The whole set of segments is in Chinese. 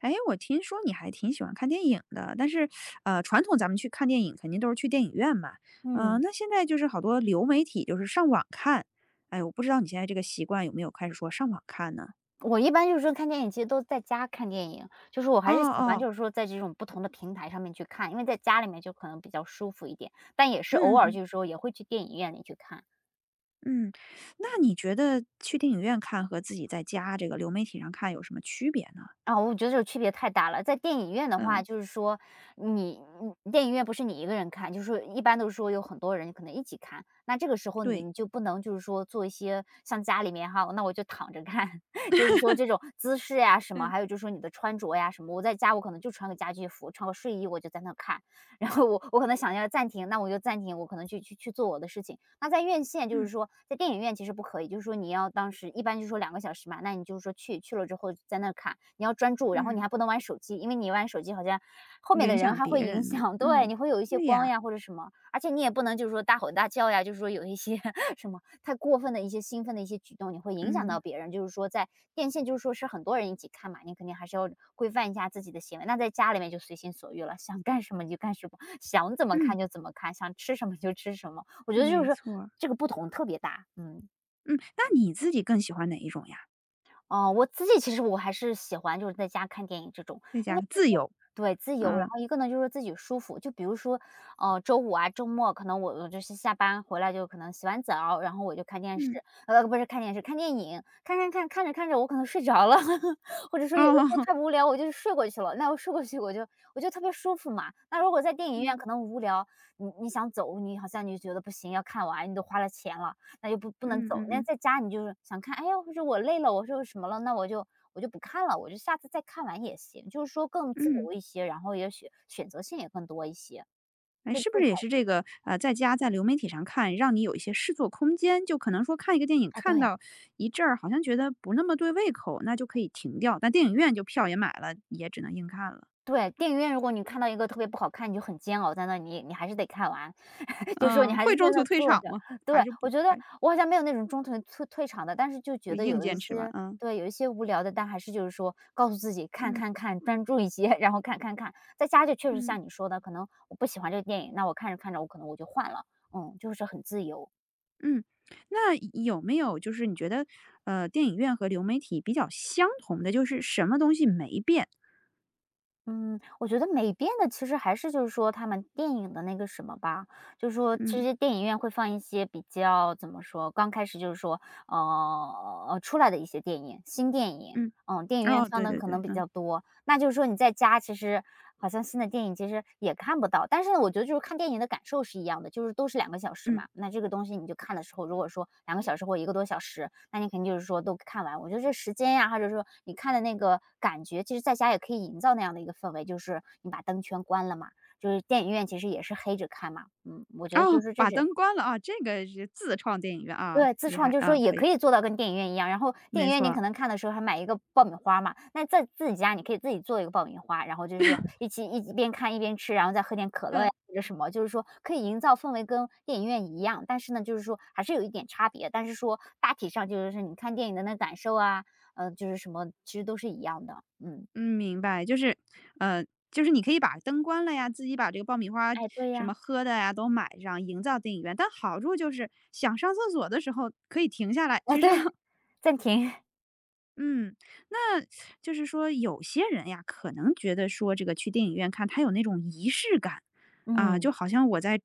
哎，我听说你还挺喜欢看电影的，但是，传统咱们去看电影肯定都是去电影院嘛。嗯，嗯，那现在就是好多流媒体就是上网看。哎，我不知道你现在这个习惯有没有开始说上网看呢？我一般看电影，其实都在家看电影，我哦还是喜欢哦。在这种不同的平台上面去看，因为在家里面就可能比较舒服一点，但也是嗯嗯偶尔嗯。也会去电影院里去看。嗯，那你觉得去电影院看和自己在家这个流媒体上看有什么区别呢？啊，我觉得这个区别太大了。在电影院的话，嗯。就是说你你电影院不是你一个人看，一般都是说有很多人可能一起看。那这个时候对。你就不能做一些像家里面哈，那我就躺着看，这种姿势呀什么，嗯还有你的穿着呀什么。我在家我可能就穿个家居服，穿个睡衣我就在那看，然后我可能想要暂停，那我就暂停，我可能去做我的事情。那在院线嗯在电影院其实不可以，你要当时一般两个小时嘛，那你去了之后在那看，你要专注，然后你嗯。还不能玩手机，因为你玩手机好像后面影的人响还会别影人呢，响。 对，嗯。你会有一些对光呀。呀或者什么，而且你也不能大吼大叫呀，有一些 什么太过分的一些兴奋的一些举动，你会影响到嗯别人。在电线是很多人一起看嘛，你肯定还是要规范一下自己的行为。那在家里面就随心所欲了，想干什么你就干什么，想怎么嗯。看就怎么看，想吃什么就吃什么。我觉得就没是错儿。这个不同特别大，嗯。嗯，那你自己更喜欢哪一种呀？哦，我自己其实我还是喜欢在家看电影这种，在因为家自由。对，自由，然啊。后一个呢就是自己舒服。就比如说，周五啊、周末可能我就是下班回来就可能洗完澡，然后我就看电视，嗯。不是看电视，看电影，看着看着我可能睡着了，或者说有的哦，时候太 无聊我就睡过去了，那我睡过去我就特别舒服嘛。那如果在电影院嗯。可能无聊，你想走，你好像你就觉得不行，要看完，你都花了钱了，那就不能嗯走。嗯那嗯。在家你就是想看，哎呀，或者我累了，我说什么了，那我就不看了，我就下次再看完也行。更自嗯，由一些，然后也许选择性也更多一些，哎，更是不自是也是在。这个，在家在流媒体上看，让你有一些试错空间，就可能说看一个电影哎，看对。到一阵儿，好像觉得不那么对胃口，那就可以停掉，但电影院就票也买了，也只能硬看了。对，电影院如果你看到一个特别不好看，你就很煎熬在那里，你还是得看完，你嗯，还会是在中途那退坐场着。吗？还对，是我不，觉得还我好像没有那种中途退场的，但是就就觉得硬有一坚持完些啊？对，有一些无聊的，但还是告诉自己看嗯看看，专注一些，然后看看看。在家就确实嗯像你说的，可能我不喜欢这个电影，那我看着看着我可能我就换了，嗯，就是很自由。嗯。那有没有就是你觉得，电影院和流媒体比较相同的，就是什么东西没变？嗯，我觉得没变的其实还是他们电影的那个什么吧，其嗯实电影院会放一些比较怎么说，刚开始呃出来的一些电影，新电影，嗯。嗯，电影院哦，放对的对可能对，比嗯。较多。那你在家其实好像新的电影其实也看不到，但是呢，我觉得就是看电影的感受是一样的，就是都是两个小时嗯。嘛，那这个东西你就看的时候，如果说两个小时或1个多小时，那你肯定都看完。我觉得这时间呀，或者说你看的那个感觉，其实在家也可以营造那样的一个氛围，就是你把灯全关了嘛，就是电影院其实也是黑着看嘛，嗯，我觉得就哦，是这把是灯关了啊，这个是自创电影院啊，对，自厉创害啊，也可可以。以做到跟电影院一样，然后电没影院你错。可能看的时候还买一个爆米花嘛，那在自己家你可以自己做一个爆米花，然后就是一起边看一边吃，然后再喝点可乐嗯呀或者什么，可以营造氛围跟电影院一样，但是呢，还是有一点差别，但是说大体上你看电影的那感受啊，就是什么其实都是一样的，嗯，嗯。明白，就是，呃，就是你可以把灯关了呀，自己把这个爆米花哎，对什呀，么喝的呀都买上，营造电影院。但好处就是想上厕所的时候可以停下来哎去对，上。暂停，嗯，那就是说有些人呀，可能觉得说这个去电影院看，他有那种仪式感。啊，嗯就好像我在，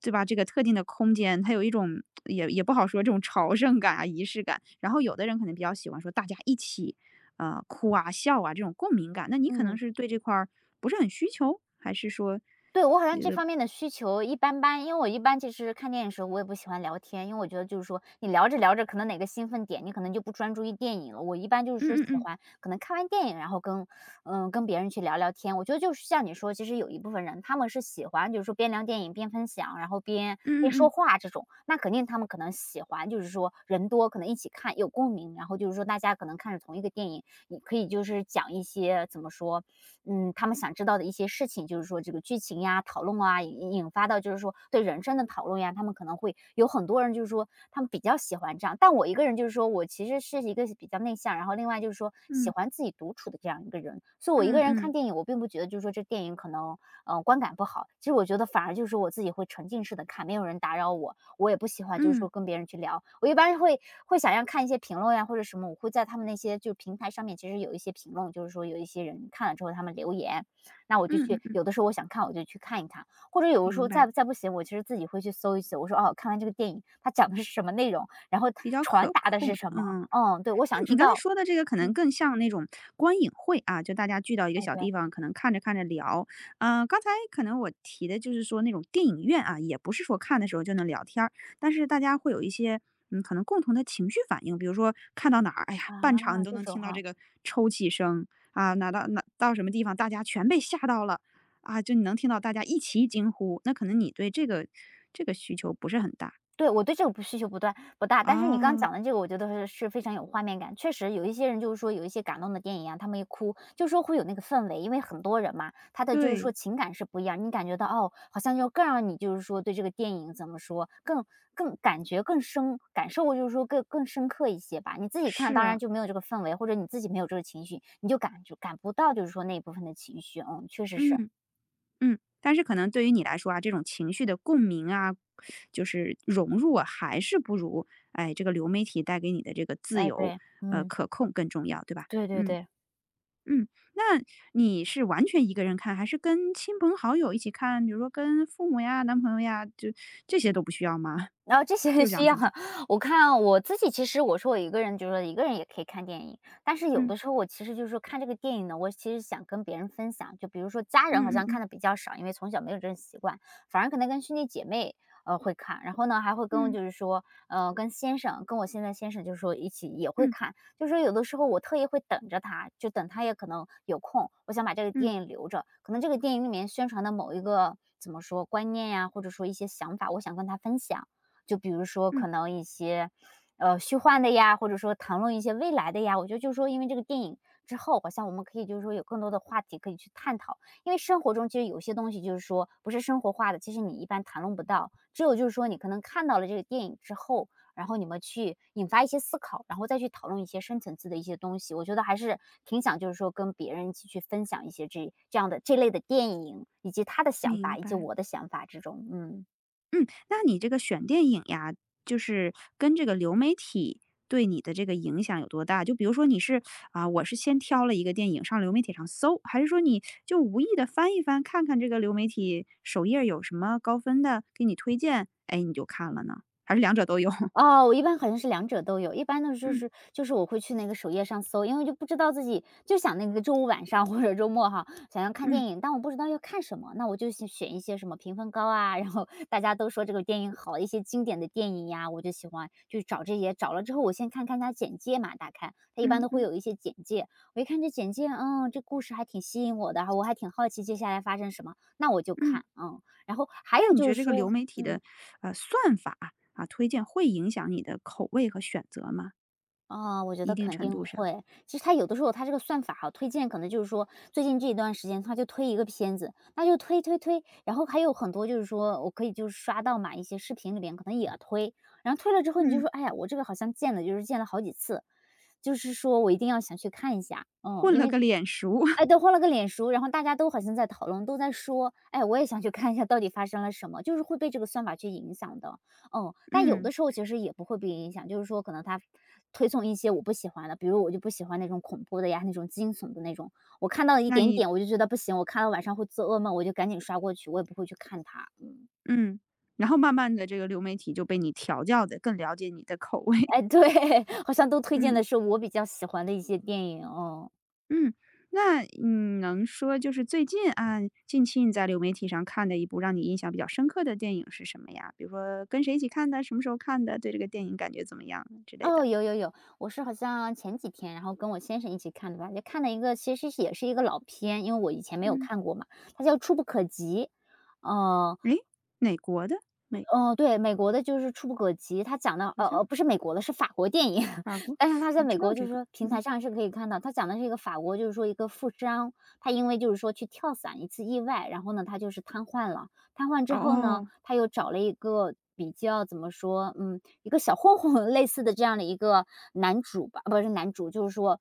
对吧？这个特定的空间，它有一种也不好说这种朝圣感啊、仪式感。然后有的人可能比较喜欢说大家一起，哭啊、笑啊这种共鸣感。那你可能嗯。是对这块儿不是很需求，还是说，对，我好像这方面的需求一般般，因为我一般其实看电影的时候我也不喜欢聊天，因为我觉得你聊着聊着，可能哪个兴奋点，你可能就不专注于电影了。我一般嗯嗯喜嗯欢可能看完电影，然后跟嗯跟别人去聊聊天。我觉得就是像你说，其实有一部分人他们是喜欢，边聊电影边分享，然后边嗯边说嗯话这种，那肯定他们可能喜欢，人多可能一起看有共鸣，然后大家可能看着同一个电影，你可以就是讲一些怎么说，嗯，他们想知道的一些事情，这个剧情呀、讨论啊，引发到对人生的讨论呀，他们可能会有很多人他们比较喜欢这样，但我一个人我其实是一个比较内向，然后另外喜嗯欢自己独处的这样一个人，所以我一个嗯人嗯看电影，我并不觉得这电影可能观感不好，其实我觉得反而就是我自己会沉浸式的看，没有人打扰我，我也不喜欢嗯跟别人去聊，我一般会想要看一些评论呀或者什么，我会在他们那些就平台上面，其实有一些评论，有一些人看了之后他们留言，那我就嗯嗯去嗯。有的时候我想看我就去看一看，或者有的时明候再白，再不行，我其实自己会去搜一搜，我说哦，看完这个电影它讲的是什么内容，然后比较传可达的是控，什么，嗯。嗯，对，我想那你知刚才道，说的这个可能嗯，更像那种观影会啊，就大家聚到一个哎，小地对，方，可能看着看着聊。嗯，刚才可能我提的就是说那种电影院啊，也不是说看的时候就能聊天儿，但是大家会有一些嗯，可能共同的情绪反应，比如说看到哪儿，哎呀，啊，半场你都这能种听到这哈。个抽泣声啊，哪到哪到什么地方，大家全被吓到了啊，就你能听到大家一起惊呼，那可能你对这个这个需求不是很大。对，我对这个不需求不断不大，但是你刚啊，讲的这个，我觉得是非常有画面感。确实有一些人有一些感动的电影啊，他们一哭，就说会有那个氛围，因为很多人嘛，他的对。情感是不一样，你感觉到哦，好像就更让你对这个电影怎么说，更感觉更深，感受更深刻一些吧。你自己看当是，然就没有这个氛围，或者你自己没有这个情绪，你就感不到那一部分的情绪。嗯，确实是，嗯。嗯，但是可能对于你来说啊，这种情绪的共鸣啊，就是融入啊，还是不如哎这个流媒体带给你的这个自哎，由，对，嗯，可控更重要，对吧？对对嗯对。嗯。那你是完全一个人看，还是跟亲朋好友一起看？比如说跟父母呀、男朋友呀，就这些都不需要吗？然后这 些就想需要 自己。我看啊我自己其实我说我一个人就是说一个人也可以看电影，但是有嗯的时候我其实就是说看这个电影呢，我其实想跟别人分享，就比如说家人好嗯嗯像看嗯的比较少，因为从小没有这种习惯，反而可能跟兄弟姐妹会看，然后呢还会跟嗯就是说跟先生，跟我现在先生就是说一起也会嗯看，就是说有的时候我特意会等着他，就等他也可能有空，我想把这个嗯电影留着，可能这个电影里面宣传的某一个怎么说观念呀、或者说一些想法，我想跟他分享。就比如说嗯。可能一些，虚幻的呀，或者说谈论一些未来的呀，我觉得就是说因为这个电影之后，好像我们可以就是说有更多的话题可以去探讨。因为生活中其实有些东西就是说不是生活化的，其实你一般谈论不到。只有就是说你可能看到了这个电影之后，然后你们去引发一些思考，然后再去讨论一些深层次的一些东西。我觉得还是挺想就是说跟别人一起去分享一些这样的这类的电影，以及他的想明法，以及白。我的想法之中，嗯。嗯，那你这个选电影呀，就是跟这个流媒体对你的这个影响有多大？就比如说你是啊、我是先挑了一个电影上流媒体上搜，还是说你就无意的翻一翻，看看这个流媒体首页有什么高分的给你推荐，哎，你就看了呢？还是两者都有？哦，我一般好像是两者都有，一般的就嗯是就是我会去那个首页上搜，因为就不知道自己就想那个周五晚上 或者周末哈，想要看电嗯影，但我不知道要看什么，那我就选一些什么评分高啊，然后大家都说这个电影好，一些经典的电影呀，我就喜欢就找这些，找了之后我先看看它简介嘛，打开它一般嗯都会嗯有一些简介，我一看这简介，嗯，这故事还挺吸引我的，我还挺好奇接下来发生什么，那我就嗯。看，嗯，然后还那有你觉就得是这个说，流媒体的嗯。算法啊推荐会影响你的口味和选择吗？啊，我觉一得定肯程定度上。会。其实他有的时候他这个算法哈，推荐可能就是说最近这一段时间他就推一个片子，那就推，然后还有很多就是说我可以就是刷到嘛一些视频里边可能也推，然后推了之后你就嗯，说，哎呀，我这个好像见了，就是见了好几次，就是说我一定要想去看一下，嗯，混因了为个脸熟。哎，都换了个脸熟，然后大家都好像在讨论，都在说，哎，我也想去看一下到底发生了什么，就是会被这个算法去影响的。嗯，但有嗯。的时候其实也不会被影响，就是说可能它推送一些我不喜欢的，比如我就不喜欢那种恐怖的呀，那种惊悚的那种，我看到了一那点你点我就觉得不行，我看到晚上会做噩梦，我就赶紧刷过去，我也不会去看它。嗯，然后慢慢的这个流媒体就被你调教的更了解你的口味。哎，对，好像都推荐嗯。的是我比较喜欢的一些电影，哦。嗯，那你能说就是最近啊，近期你在流媒体上看的一部让你印象比较深刻的电影是什么呀？比如说跟谁一起看的，什么时候看的，对这个电影感觉怎么样啊之类哦，的？有有有，我是好像前几天，然后跟我先生一起看的吧，就看了一个，其实是也是一个老片，因为我以前没有嗯。看过嘛，它叫《触不可及》。哦诶，哪国的？美对，美国的就是《触不可及》，它讲的好像不是美国的，是法国电影，法 国，但是它在我知美道国就这是个，说平台嗯。上是可以看到，它讲的是一个法国，就是说一个富商，他因为就是说去跳伞一次意外，然后呢，他就是瘫痪了，瘫痪之后呢，哦。他又找了一个比较怎么说，嗯，一个小混混类似的这样的一个男主吧，不是男主，就是说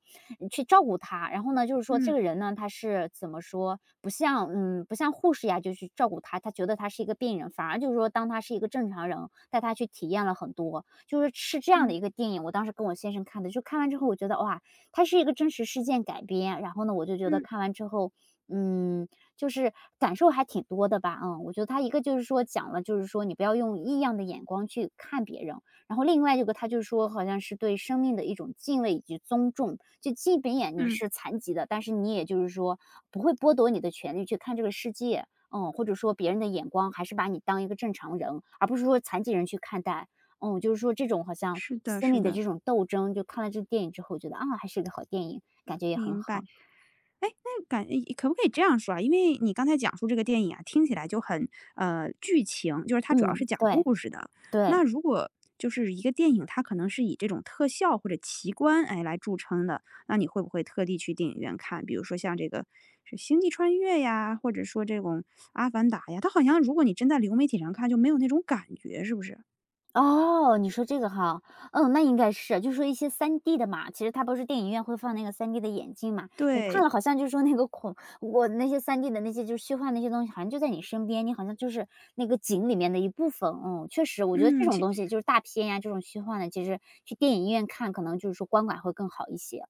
去照顾他。然后呢，就是说这嗯。个人呢，他是怎么说，不像不像护士呀，就去照顾他，他觉得他是一个病人，反而就是说当他是一个正常人，带他去体验了很多，就是这样的嗯。一个电影。我当时跟我先生看的，就看完之后，我觉得哇，他是一个真实事件改编。然后呢，我就觉得嗯。看完之后，嗯。就是感受还挺多的吧，嗯。我觉得他一个就是说讲了，就是说你不要用异样的眼光去看别人，然后另外一个他就是说好像是对生命的一种敬畏以及尊重，就即便你嗯。是残疾的，但是你也就是说不会剥夺你的权利去看这个世界，嗯，或者说别人的眼光还是把你当一个正常人，而不是说残疾人去看待。嗯，就是说这种好像是的心是里的的。这种斗争，就看了这个电影之后觉得，啊，还是个好电影，感觉也很明白。好。哎，那感诶可不可以这样说啊？因为你刚才讲述这个电影啊，听起来就很剧情，就是它主要是嗯，讲对，故事的。对。那如果就是一个电影，它可能是以这种特效或者奇观哎来著称的，那你会不会特地去电影院看？比如说像这个是《星际穿越》呀，或者说这种《阿凡达》呀，它好像如果你真在流媒体上看，就没有那种感觉，是不是？哦，你说这个哈，嗯，那应该是，就说一些三 d 的嘛，其实它不是电影院会放那个三 d 的眼镜嘛，你看对。了好像就是说那个孔，我那些三 d 的那些就是虚幻那些东西，好像就在你身边，你好像就是那个景里面的一部分，嗯，确实，我觉得这嗯，种其东西就是大片呀，这种虚幻的，其实去电影院看可能就是说观感会更好一些。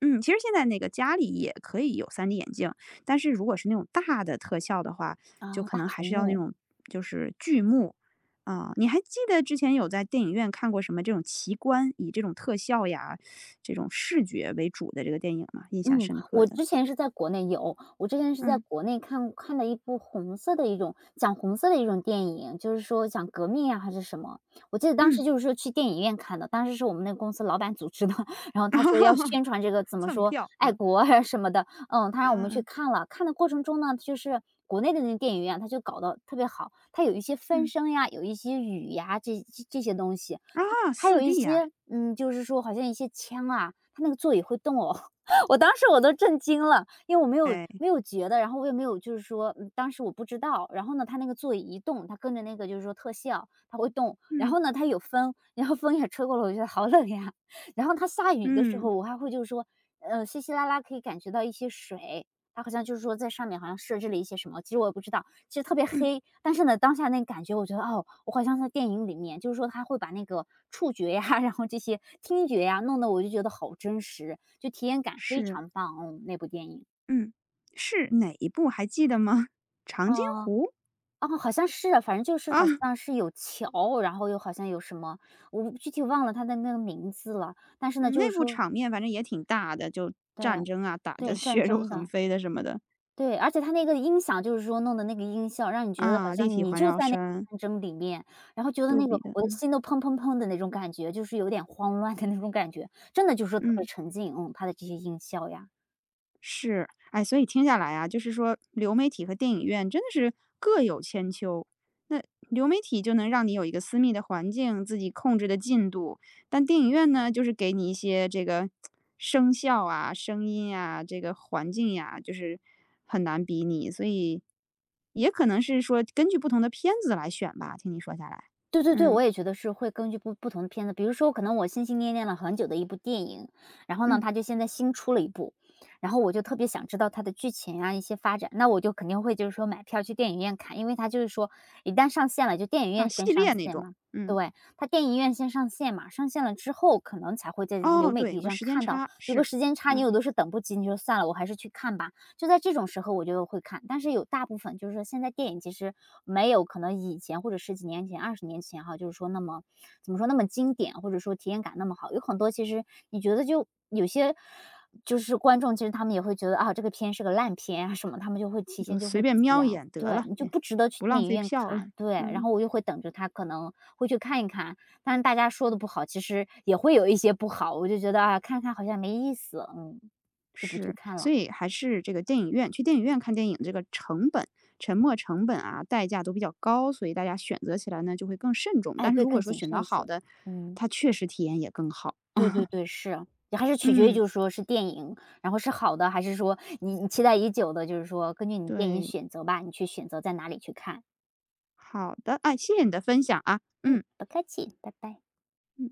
嗯，其实现在那个家里也可以有 3D 眼镜，但是如果是那种大的特效的话，就哦，可大能还屏是要那幕。种就是剧目啊，你还记得之前有在电影院看过什么这种奇观，以这种特效呀，这种视觉为主的这个电影吗？印象嗯，深刻我的。之前是在国内有，我之前是在嗯。国内看的一部红色的一种讲红色的一种电影，就是说讲革命呀还是什么，我记得当嗯。时就是说去电影院看的，当时是我们那个公司老板组织的，然后他说要 宣传这个怎么蹭说票，啊。爱嗯国啊什么的，嗯，他让我嗯们去嗯。看了，看的过程中呢，就是国内的那个电影院，他就搞得特别好，它有一些分嗯，声呀，有一些雨呀，这些东西，啊还有四 一 d 呀。些，嗯，就是说好像一些枪啊，它那个座椅会动哦。我当时我都震惊了，因为我没有哎。没有觉得，然后我也没有就是说，嗯，当时我不知道。然后呢，它那个座椅一动，它跟着那个就是说特效，它会动。然嗯。后呢，它有风，然后风也吹过来，我觉得好冷呀。然后它下雨的时嗯。候，我还会就是说，稀稀拉拉可以感觉到一些水，他好像就是说在上面好像设置了一些什么，其实我也不知道，其实特别嗯。黑。但是呢，当下那个感觉，我觉得哦，我好像在电影里面，就是说他会把那个触觉呀，然后这些听觉呀，弄得我就觉得好真实，就体验感非是。常棒。嗯，那部电影，嗯，是哪一部还记得吗？长津啊湖？哦，好像是啊，反正就是啊。好像是有桥，然后又好像有什么，我具体忘了它的那个名字了。但是呢，嗯，内就是部说场面反正也挺大的，就对，战争啊，打的 对，战血肉争横的。飞的什么的。对，而且他那个音响就是说弄的那个音效，让你觉得好啊，立像体你环就绕在那声。战争里面，然后觉得杜那个比的。我的嗯。心都砰砰砰的那种感觉，就是有点慌乱的那种感觉，真的就是特别嗯。沉浸，嗯，他的这些音效呀。是，哎，所以听下来啊，就是说流媒体和电影院真的是各有千秋。那流媒体就能让你有一个私密的环境，自己控制的进度，但电影院呢，就是给你一些这个声效啊、声音啊、这个环境呀，就是很难比拟。所以也可能是说根据不同的片子来选吧。听你说下来，对对对，嗯我也觉得是会根据不同的片子，比如说可能我心心念念了很久的一部电影，然后呢，嗯。它就现在新出了一部，然后我就特别想知道它的剧情啊，一些发展，那我就肯定会就是说买票去电影院看，因为它就是说一旦上线了，就电影啊，院先系上列那线种。嘛。嗯。对，它电影院先上线嘛，上线了之后可能才会在流哦，媒对，有体个上时间看到，差，有个是，时间差，你嗯。有的是等不及，你就算了，我还是去看吧。就在这种时候我就会看。但是有大部分就是说现在电影其实没有可能以前或者十几年前、二十年前哈，就是说那么怎么说那么经典，或者说体验感那么好。有很多其实你觉得就有些就是观众其实他们也会觉得，啊，这个片是个烂片啊什么，他们就会提你就前就随会便瞄一讲。眼得对，了，你就也不值得去不电浪影费院票了。看，对。然嗯，后我就会等着他，可能会去看一看，但是大家说的不好，其实也会有一些不好，我就觉得，啊，看看好像没意思，嗯，就不去是，看了。所以还是这个电影院去电影院看电影这个成本、沉没成本啊，代价都比较高，所以大家选择起来呢就会更慎重。哎，但是对，如果更说谨选慎到一好些。的，嗯，它确实体验也更好。对对 对，是。还是取决于嗯。就是说是电影，然后是好的，还是说你期待已久的，就是说根据你电影对。选择吧，你去选择在哪里去看。好的，哎，谢谢你的分享啊。嗯，嗯不客气，拜拜。嗯。